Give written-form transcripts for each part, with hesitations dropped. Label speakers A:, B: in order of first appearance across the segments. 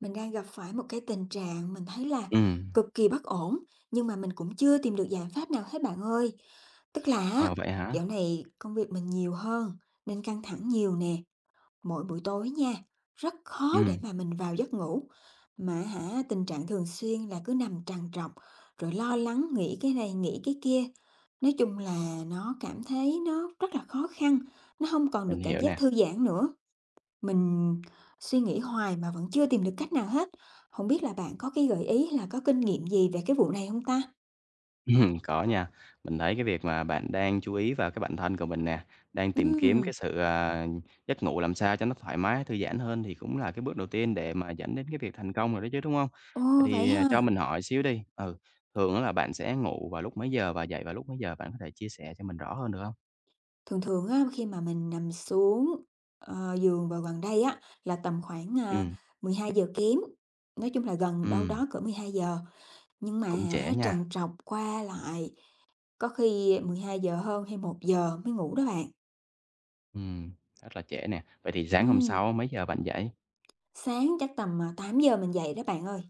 A: Mình đang gặp phải một cái tình trạng mình thấy là
B: Ừm,
A: cực kỳ bất ổn, nhưng mà mình cũng chưa tìm được giải pháp nào hết bạn ơi. Tức là á,
B: ờ, vậy hả?
A: dạo này công việc mình nhiều hơn nên căng thẳng nhiều nè, mỗi buổi tối nha, rất khó để
B: Ừm,
A: mà mình vào giấc ngủ. Mà hả, tình trạng thường xuyên là cứ nằm trằn trọc, rồi lo lắng nghĩ cái này nghĩ cái kia. Nói chung là nó cảm thấy nó rất là khó khăn, nó không còn được
B: mình
A: cảm
B: hiểu
A: giác
B: nè.
A: thư giãn nữa. Mình suy nghĩ hoài mà vẫn chưa tìm được cách nào hết. Không biết là bạn có cái gợi ý là có kinh nghiệm gì về cái vụ này không ta?
B: Có nha. Mình thấy cái việc mà bạn đang chú ý vào cái bản thân của mình nè, đang tìm kiếm
A: Ừm.
B: cái sự, giấc ngủ làm sao cho nó thoải mái, thư giãn hơn thì cũng là cái bước đầu tiên để mà dẫn đến cái việc thành công rồi đó chứ, đúng hông? Vậy
A: Ồ, vậy
B: thì, cho
A: ha.
B: mình hỏi xíu đi, thường á là bạn sẽ ngủ vào lúc mấy giờ và dậy vào lúc mấy giờ? Bạn có thể chia sẻ cho mình rõ hơn được hông?
A: Thường thường á, khi mà mình nằm xuống, giường vào gần đây á, là tầm khoảng,
B: Ừm,
A: 12 giờ kém, nói chung là gần đâu
B: ừm,
A: đó cỡ 12 giờ. Nhưng mà
B: cũng trễ
A: hả,
B: nha.
A: trằn trọc qua lại có khi 12 giờ hơn hay 1 giờ mới ngủ đó bạn.
B: ừm, Rất là trễ nè. Vậy thì sáng hôm
A: Ừm.
B: sau mấy giờ bạn dậy?
A: Sáng chắc tầm, 8 giờ mình dậy đó bạn ơi.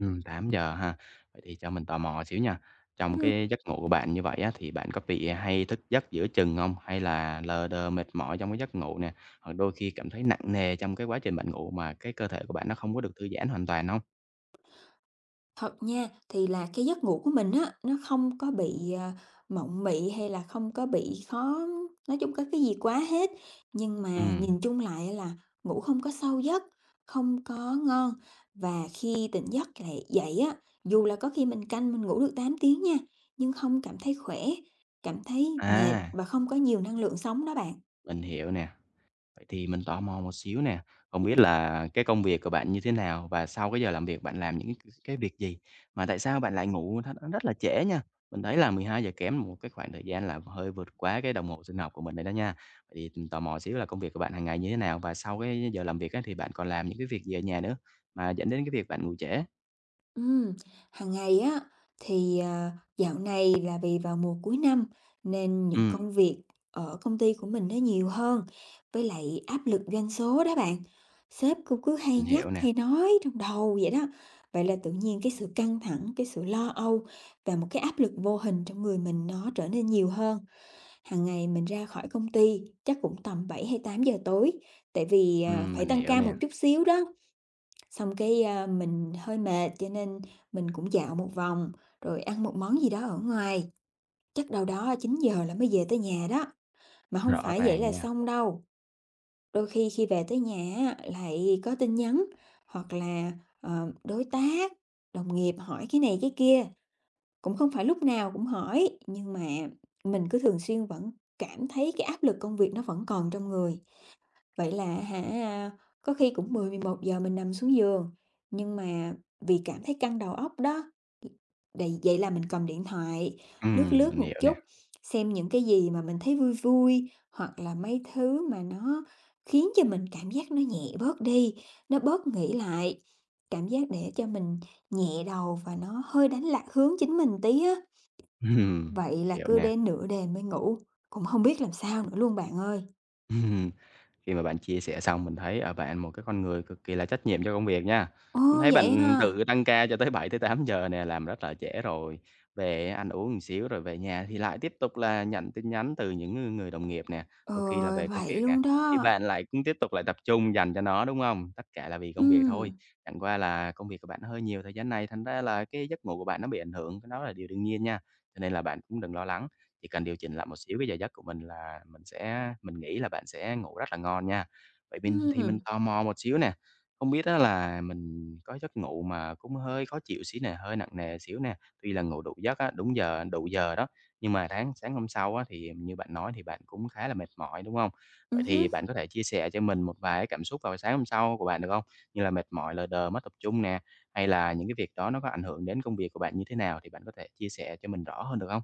B: Tám giờ ha. Vậy thì cho mình tò mò xíu nha. Trong
A: Ừm.
B: cái giấc ngủ của bạn như vậy á, thì bạn có bị hay thức giấc giữa chừng không? Hay là lờ đờ mệt mỏi trong cái giấc ngủ nè, hoặc đôi khi cảm thấy nặng nề trong cái quá trình bạn ngủ mà cái cơ thể của bạn nó không có được thư giãn hoàn toàn không?
A: Thật nha, thì là cái giấc ngủ của mình á, nó không có bị, mộng mị hay là không có bị khó nói chung có cái gì quá hết. Nhưng mà
B: Ừm,
A: nhìn chung lại là ngủ không có sâu giấc, không có ngon và khi tỉnh giấc lại dậy á, dù là có khi mình canh mình ngủ được 8 tiếng nha, nhưng không cảm thấy khỏe, cảm thấy mệt
B: à,
A: và không có nhiều năng lượng sống đó bạn.
B: mình hiểu nè. Vậy thì mình tò mò một xíu nè, không biết là cái công việc của bạn như thế nào và sau cái giờ làm việc bạn làm những cái việc gì? Mà tại sao bạn lại ngủ rất là trễ nha? Mình thấy là mười hai giờ kém một cái khoảng thời gian là hơi vượt quá cái đồng hồ sinh học của mình rồi đó nha. Vậy thì mình tò mò xíu là công việc của bạn hàng ngày như thế nào? Và sau cái giờ làm việc á, thì bạn còn làm những cái việc gì ở nhà nữa mà dẫn đến cái việc bạn ngủ trễ?
A: Ừm, hàng ngày á thì, dạo này là vì vào mùa cuối năm nên những
B: Ừm,
A: công việc ở công ty của mình nó nhiều hơn, với lại áp lực doanh số đó bạn. Sếp cũng cứ hay
B: mình
A: nhắc,
B: hiểu nè.
A: hay nói trong đầu vậy đó. Vậy là tự nhiên cái sự căng thẳng, cái sự lo âu và một cái áp lực vô hình trong người mình nó trở nên nhiều hơn. Hàng ngày mình ra khỏi công ty chắc cũng tầm 7 hay 8 giờ tối, tại vì,
B: Ừm,
A: phải
B: mình
A: tăng
B: hiểu
A: ca
B: nè.
A: một chút xíu đó. Xong cái, mình hơi mệt cho nên mình cũng dạo một vòng, rồi ăn một món gì đó ở ngoài, chắc đâu đó 9 giờ là mới về tới nhà đó. Mà không
B: Rõ
A: phải vậy
B: ràng
A: là
B: nha.
A: xong đâu, đôi khi khi về tới nhà á, lại có tin nhắn hoặc là, đối tác, đồng nghiệp hỏi cái này cái kia, cũng không phải lúc nào cũng hỏi, nhưng mà mình cứ thường xuyên vẫn cảm thấy cái áp lực công việc nó vẫn còn trong người. Vậy là hả, có khi cũng 10, 11 giờ mình nằm xuống giường, nhưng mà vì cảm thấy căng đầu óc đó, đì vậy là mình cầm điện thoại, lướt
B: Ừm,
A: lướt
B: mình
A: một
B: hiểu nè.
A: chút, xem những cái gì mà mình thấy vui vui, hoặc là mấy thứ mà nó khiến cho mình cảm giác nó nhẹ bớt đi, nó bớt nghĩ lại, cảm giác để cho mình nhẹ đầu và nó hơi đánh lạc hướng chính mình tí á.
B: Ừm,
A: Vậy là
B: hiểu
A: cứ
B: nè.
A: đến nửa đêm mới ngủ, cũng không biết làm sao nữa luôn bạn ơi.
B: Khi mà bạn chia sẻ xong mình thấy ở bạn một cái con người cực kỳ là trách nhiệm cho công việc nha. Mình
A: Ồ,
B: thấy
A: vậy
B: bạn
A: ha?
B: tự tăng ca cho tới bảy tới tám giờ nè, làm rất là trễ rồi, về ăn uống một xíu rồi về nhà thì lại tiếp tục là nhận tin nhắn từ những người đồng nghiệp nè,
A: Ờ,
B: đôi khi là về công
A: vậy
B: việc nè,
A: luôn
B: thì
A: đó.
B: bạn lại cũng tiếp tục lại tập trung dành cho nó, đúng không? Tất cả là vì công việc thôi,
A: ừ
B: chẳng qua là công việc của bạn hơi nhiều thời gian này, thành ra là cái giấc ngủ của bạn nó bị ảnh hưởng, cái đó là điều đương nhiên nha, cho nên là bạn cũng đừng lo lắng. Chỉ cần điều chỉnh lại một xíu cái giờ giấc của mình là mình nghĩ là bạn sẽ ngủ rất là ngon nha. Vậy mình thì
A: ừ,
B: mình tò mò một xíu nè, không biết á là mình có giấc ngủ mà cũng hơi khó chịu xíu nè, hơi nặng nề xíu nè, tuy là ngủ đủ giấc á, đúng giờ, đủ giờ đó, nhưng mà sáng sáng hôm sau á thì như bạn nói thì bạn cũng khá là mệt mỏi, đúng không? Vậy
A: Ừm.
B: thì bạn có thể chia sẻ cho mình một vài cái cảm xúc vào sáng hôm sau của bạn được không? Như là mệt mỏi, lờ đờ, mất tập trung nè, hay là những cái việc đó nó có ảnh hưởng đến công việc của bạn như thế nào thì bạn có thể chia sẻ cho mình rõ hơn được không?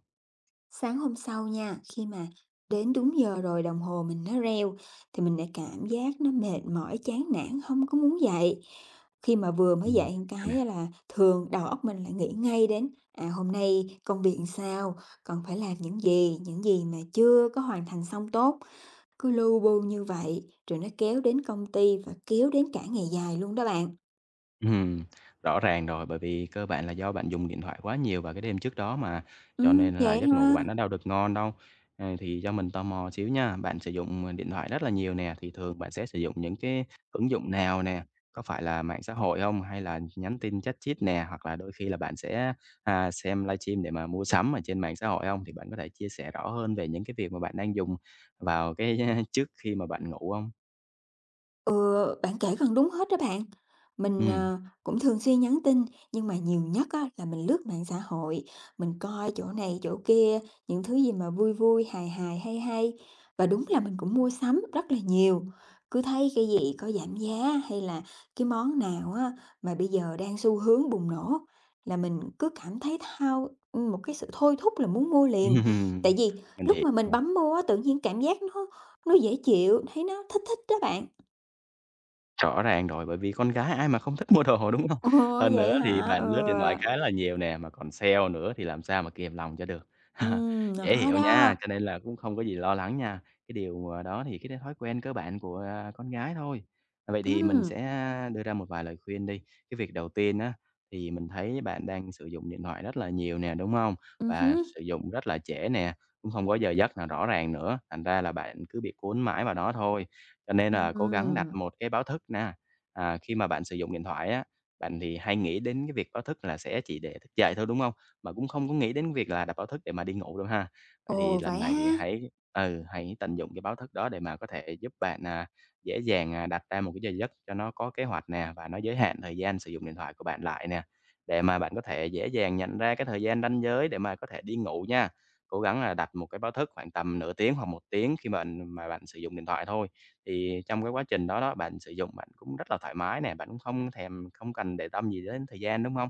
A: Sáng hôm sau nha, khi mà đến đúng giờ rồi đồng hồ mình nó reo thì mình lại cảm giác nó mệt mỏi, chán nản, không có muốn dậy. Khi mà vừa mới
B: Ừm.
A: dậy một cái á là thường đầu óc mình lại nghĩ ngay đến, hôm nay công việc sao, còn phải làm những gì mà chưa có hoàn thành xong tốt, cứ lu bu như vậy, rồi nó kéo đến công ty và kéo đến cả ngày dài luôn đó bạn.
B: Ừm, Rõ ràng rồi, bởi vì cơ bản là do bạn dùng điện thoại quá nhiều vào cái đêm trước đó mà, cho nên là
A: Vậy
B: giấc ngủ của
A: ha.
B: bạn nó đâu được ngon đâu. Thì cho mình tò mò xíu nha, bạn sử dụng, điện thoại rất là nhiều nè, thì thường bạn sẽ sử dụng những cái ứng dụng nào nè? Có phải là mạng xã hội không? Hay là nhắn tin chat chít nè? Hoặc là đôi khi là bạn sẽ, xem livestream để mà mua sắm ở trên mạng xã hội không? Thì bạn có thể chia sẻ rõ hơn về những cái việc mà bạn đang dùng vào cái trước khi mà bạn ngủ không?
A: Ừ, bạn kể gần đúng hết đó bạn. Mình,
B: Ừm,
A: cũng thường xuyên nhắn tin, nhưng mà nhiều nhất á là mình lướt mạng xã hội, mình coi chỗ này chỗ kia, những thứ gì mà vui vui, hài hài, hay hay. Và đúng là mình cũng mua sắm rất là nhiều, cứ thấy cái gì có giảm giá hay là cái món nào á mà bây giờ đang xu hướng bùng nổ là mình cứ cảm thấy một cái sự thôi thúc là muốn mua liền. Tại vì
B: mình
A: lúc
B: hiểu
A: mà mình
B: nè.
A: bấm mua á, tự nhiên cảm giác nó dễ chịu, thấy nó thích thích đó bạn.
B: Rõ ràng rồi, bởi vì con gái ai mà không thích mua đồ, đúng hông?
A: Ồ,
B: Hơn nữa
A: vậy
B: thì
A: hả?
B: bạn
A: Ừ,
B: lướt điện thoại khá là nhiều nè, mà còn sale nữa thì làm sao mà kìm lòng cho được. Dễ
A: nó
B: hiểu nha,
A: đó,
B: cho nên là cũng không có gì lo lắng nha. Cái điều, đó thì cái thói quen cơ bản của, con gái thôi. Vậy thì mình
A: ừm,
B: sẽ đưa ra một vài lời khuyên đi. Cái việc đầu tiên á, thì mình thấy bạn đang sử dụng điện thoại rất là nhiều nè, đúng không? Và
A: hứm,
B: sử dụng rất là trễ nè, cũng không có giờ giấc nào rõ ràng nữa, thành ra là bạn cứ bị cuốn mãi vào đó thôi. Cho nên là cố gắng đặt
A: ừm,
B: một cái báo thức nè. Khi mà bạn sử dụng điện thoại á, bạn thì hay nghĩ đến cái việc báo thức là sẽ chỉ để thức dậy thôi, đúng không? Mà cũng không có nghĩ đến việc là đặt báo thức để mà đi ngủ đâu ha. Vậy thì
A: ồ,
B: lần
A: vậy
B: này thì
A: ha?
B: hãy tận dụng cái báo thức đó để mà có thể giúp bạn, dễ dàng, đặt ra một cái giờ giấc cho nó có kế hoạch nè, và nó giới hạn thời gian sử dụng điện thoại của bạn lại nè, để mà bạn có thể dễ dàng nhận ra cái thời gian ranh giới để mà có thể đi ngủ nha. Cố gắng là đặt một cái báo thức khoảng tầm nửa tiếng hoặc một tiếng khi bạn sử dụng điện thoại thôi. Thì trong cái quá trình đó đó, bạn sử dụng bạn cũng rất là thoải mái nè, bạn cũng không cần để tâm gì đến thời gian, đúng không?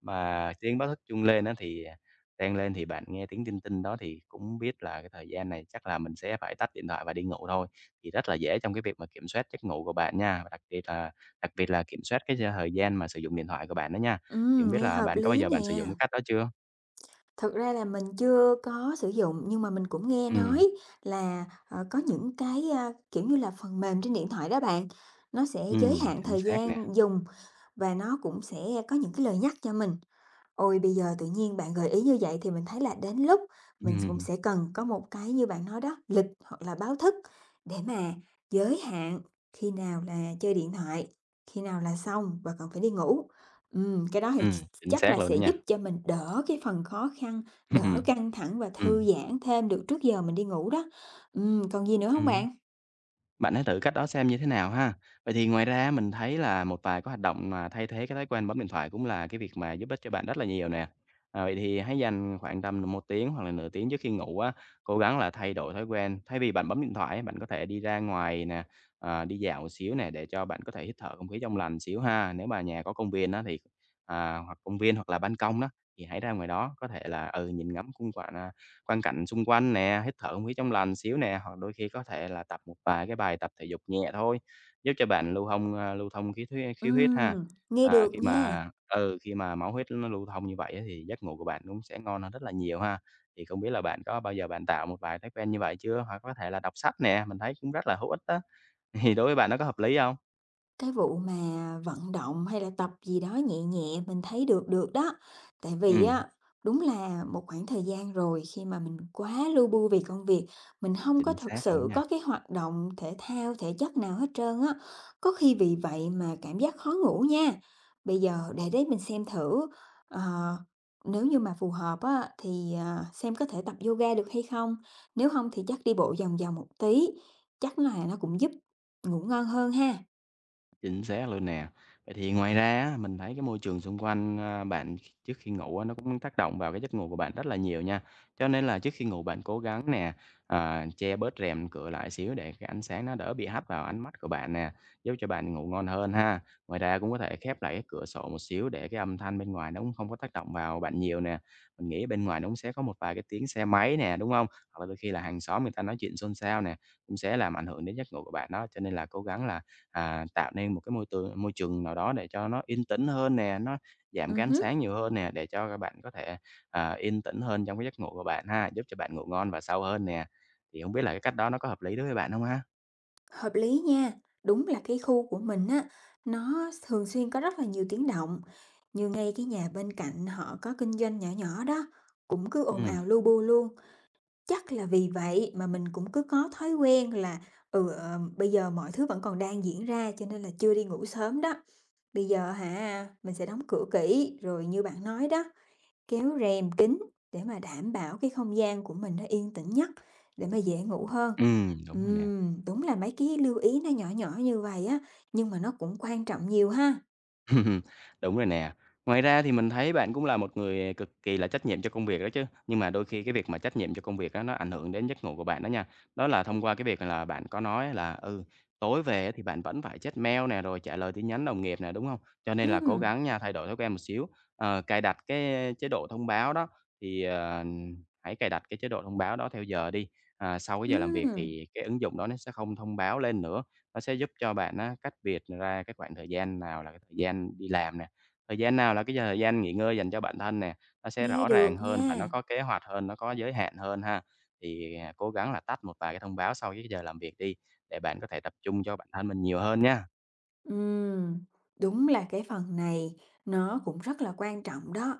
B: Mà tiếng báo thức chuông lên á thì, reng lên thì bạn nghe tiếng tinh tinh đó thì cũng biết là cái thời gian này chắc là mình sẽ phải tắt điện thoại và đi ngủ thôi. Thì rất là dễ trong cái việc mà kiểm soát giấc ngủ của bạn nha, và đặc biệt là kiểm soát cái thời gian mà sử dụng điện thoại của bạn đó nha. Thì hông biết
A: Nghe
B: là
A: hợp
B: bạn có bao
A: lý
B: giờ bạn sử dụng
A: nè.
B: cái cách đó chưa?
A: Thật ra là mình chưa có sử dụng nhưng mà mình cũng nghe
B: Ừm,
A: nói là, có những cái, kiểu như là, phần mềm trên điện thoại đó bạn, nó sẽ giới hạn
B: chính
A: thời
B: xác nè.
A: gian dùng và nó cũng sẽ có những cái lời nhắc cho mình. Ôi, bây giờ tự nhiên bạn gợi ý như vậy thì mình thấy là đến lúc mình cũng
B: Ừm,
A: sẽ cần có một cái như bạn nói đó, lịch hoặc là báo thức để mà giới hạn khi nào là chơi điện thoại, khi nào là xong và còn phải đi ngủ. Cái đó thì ch
B: chính
A: chắc
B: xác
A: là
B: luôn
A: sẽ
B: đó
A: giúp
B: nha.
A: cho mình đỡ cái phần khó khăn, đỡ
B: Ừm,
A: căng thẳng và thư
B: ừm,
A: giãn thêm được trước giờ mình đi ngủ đó. Còn gì nữa không
B: ừm.
A: bạn?
B: Bạn hãy thử cách đó xem như thế nào ha. Vậy thì ngoài ra mình thấy là một vài cái hoạt động mà thay thế cái thói quen bấm điện thoại cũng là cái việc mà giúp ích cho bạn rất là nhiều nè. Vậy thì hãy dành khoảng tầm một tiếng hoặc là nửa tiếng trước khi ngủ á, cố gắng là thay đổi thói quen. Thay vì bạn bấm điện thoại bạn có thể đi ra ngoài nè, đi dạo một xíu nè, để cho bạn có thể hít thở không khí trong lành xíu ha. Nếu mà nhà có công viên á thì, hoặc công viên hoặc là ban công đó, thì hãy ra ngoài đó, có thể là, nhìn ngắm khung cảnh, quang cảnh xung quanh nè, hít thở không khí trong lành xíu nè, hoặc đôi khi có thể là tập một vài cái bài tập thể dục nhẹ thôi, giúp cho bạn lưu thông khí huyết ha.
A: Nghe được
B: Khi
A: nha.
B: mà ừ, khi mà máu huyết nó lưu thông như vậy á thì giấc ngủ của bạn cũng sẽ ngon hơn rất là nhiều ha. Thì không biết là bạn có bao giờ bạn tạo một vài thói quen như vậy chưa? Hoặc có thể là đọc sách nè, mình thấy cũng rất là hữu ích á, thì đối với bạn nó có hợp lý không?
A: Cái vụ mà vận động hay là tập gì đó nhẹ nhẹ mình thấy được được đó. Tại vì
B: Ừm,
A: á, đúng là một khoảng thời gian rồi khi mà mình quá lu bu vì công việc, mình không có
B: chính
A: thực
B: xác luôn
A: sự
B: đó nha.
A: có cái hoạt động thể thao, thể chất nào hết trơn á. Có khi vì vậy mà cảm giác khó ngủ nha. Bây giờ để đấy mình xem thử, ờ, nếu như mà phù hợp á, thì, xem có thể tập yoga được hay không? Nếu không thì chắc đi bộ vòng vòng một tí, chắc là nó cũng giúp ngủ ngon hơn ha.
B: Chính xác luôn nè. Vậy thì ngoài ra á, mình thấy cái môi trường xung quanh, bạn kh trước khi ngủ á, nó cũng tác động vào cái giấc ngủ của bạn rất là nhiều nha. Cho nên là trước khi ngủ bạn cố gắng nè, che bớt rèm cửa lại xíu để cái ánh sáng nó đỡ bị hắt vào ánh mắt của bạn nè, giúp cho bạn ngủ ngon hơn ha. Ngoài ra cũng có thể khép lại cái cửa sổ một xíu để cái âm thanh bên ngoài nó cũng không có tác động vào bạn nhiều nè. Mình nghĩ bên ngoài nó cũng sẽ có một vài cái tiếng xe máy nè, đúng không? Hoặc là đôi khi là hàng xóm người ta nói chuyện xôn xao nè, cũng sẽ làm ảnh hưởng đến giấc ngủ của bạn đó. Cho nên là cố gắng là tạo nên một cái môi trường nào đó để cho nó yên tĩnh hơn nè, nó giảm cái ánh
A: Hứm.
B: sáng nhiều hơn nè, để cho các bạn có thể, yên tĩnh hơn trong cái giấc ngủ của bạn ha, giúp cho bạn ngủ ngon và sâu hơn nè. Thì không biết là cái cách đó nó có hợp lý đối với bạn không ha?
A: Hợp lý nha, đúng là cái khu của mình á, nó thường xuyên có rất là nhiều tiếng động. Như ngay cái nhà bên cạnh họ có kinh doanh nhỏ nhỏ đó, cũng cứ ồn ào
B: Ừm,
A: lu bu luôn. Chắc là vì vậy mà mình cũng cứ có thói quen là bây giờ mọi thứ vẫn còn đang diễn ra cho nên là chưa đi ngủ sớm đó. Bây giờ hả, mình sẽ đóng cửa kỹ rồi như bạn nói đó, kéo rèm kín để mà đảm bảo cái không gian của mình nó yên tĩnh nhất, để mà dễ ngủ hơn.
B: đúng rồi nè.
A: Đúng là mấy cái lưu ý nó nhỏ nhỏ như vậy á, nhưng mà nó cũng quan trọng nhiều ha.
B: Đúng rồi nè. Ngoài ra thì mình thấy bạn cũng là một người cực kỳ là trách nhiệm cho công việc đó chứ. Nhưng mà đôi khi cái việc mà trách nhiệm cho công việc đó nó ảnh hưởng đến giấc ngủ của bạn đó nha. Đó là thông qua cái việc là bạn có nói là, tối về thì bạn vẫn phải check mail nè, rồi trả lời tin nhắn đồng nghiệp nè, đúng không? Cho nên là cố
A: Ừm,
B: gắng nha, thay đổi thói quen một xíu, cài đặt cái chế độ thông báo đó, thì, hãy cài đặt cái chế độ thông báo đó theo giờ đi. Sau cái giờ làm việc
A: ừm,
B: thì cái ứng dụng đó nó sẽ không thông báo lên nữa. Nó sẽ giúp cho bạn á, cách biệt ra cái khoảng thời gian nào là cái thời gian đi làm nè, thời gian nào là cái giờ thời gian nghỉ ngơi dành cho bản thân nè, nó sẽ
A: nghe
B: rõ
A: được
B: ràng hơn và nó
A: nha.
B: có kế hoạch hơn, nó có giới hạn hơn ha. Thì, cố gắng là tách một vài cái thông báo sau cái giờ làm việc đi, để bạn có thể tập trung cho bản thân mình nhiều hơn nha.
A: Ừm, đúng là cái phần này nó cũng rất là quan trọng đó.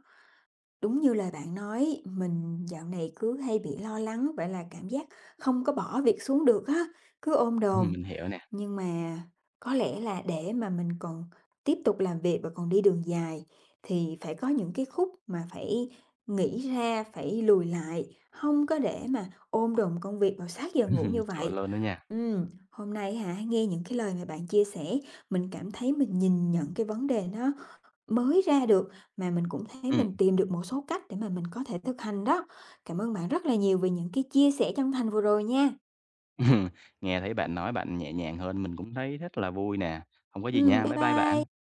A: Đúng như lời bạn nói, mình dạo này cứ hay bị lo lắng, vậy là cảm giác không có bỏ việc xuống được á, cứ ôm đồm.
B: Mình hiểu nè.
A: Nhưng mà có lẽ là để mà mình còn tiếp tục làm việc và còn đi đường dài thì phải có những cái khúc mà phải nghĩ ra, phải lùi lại, không có để mà ôm đồm công việc vào sát giờ ngủ như
B: Chuẩn
A: vậy.
B: luôn đó nha.
A: Ừm, hôm nay hả, nghe những cái lời mà bạn chia sẻ, mình cảm thấy mình nhìn nhận cái vấn đề nó mới ra được, mà mình cũng thấy
B: Ừm,
A: mình tìm được một số cách để mà mình có thể thực hành đó. Cảm ơn bạn rất là nhiều vì những cái chia sẻ chân thành vừa rồi nha.
B: nghe thấy bạn nói bạn nhẹ nhàng hơn, mình cũng thấy rất là vui nè. Không có gì nha,
A: Bye
B: bye bye bạn.
A: bye.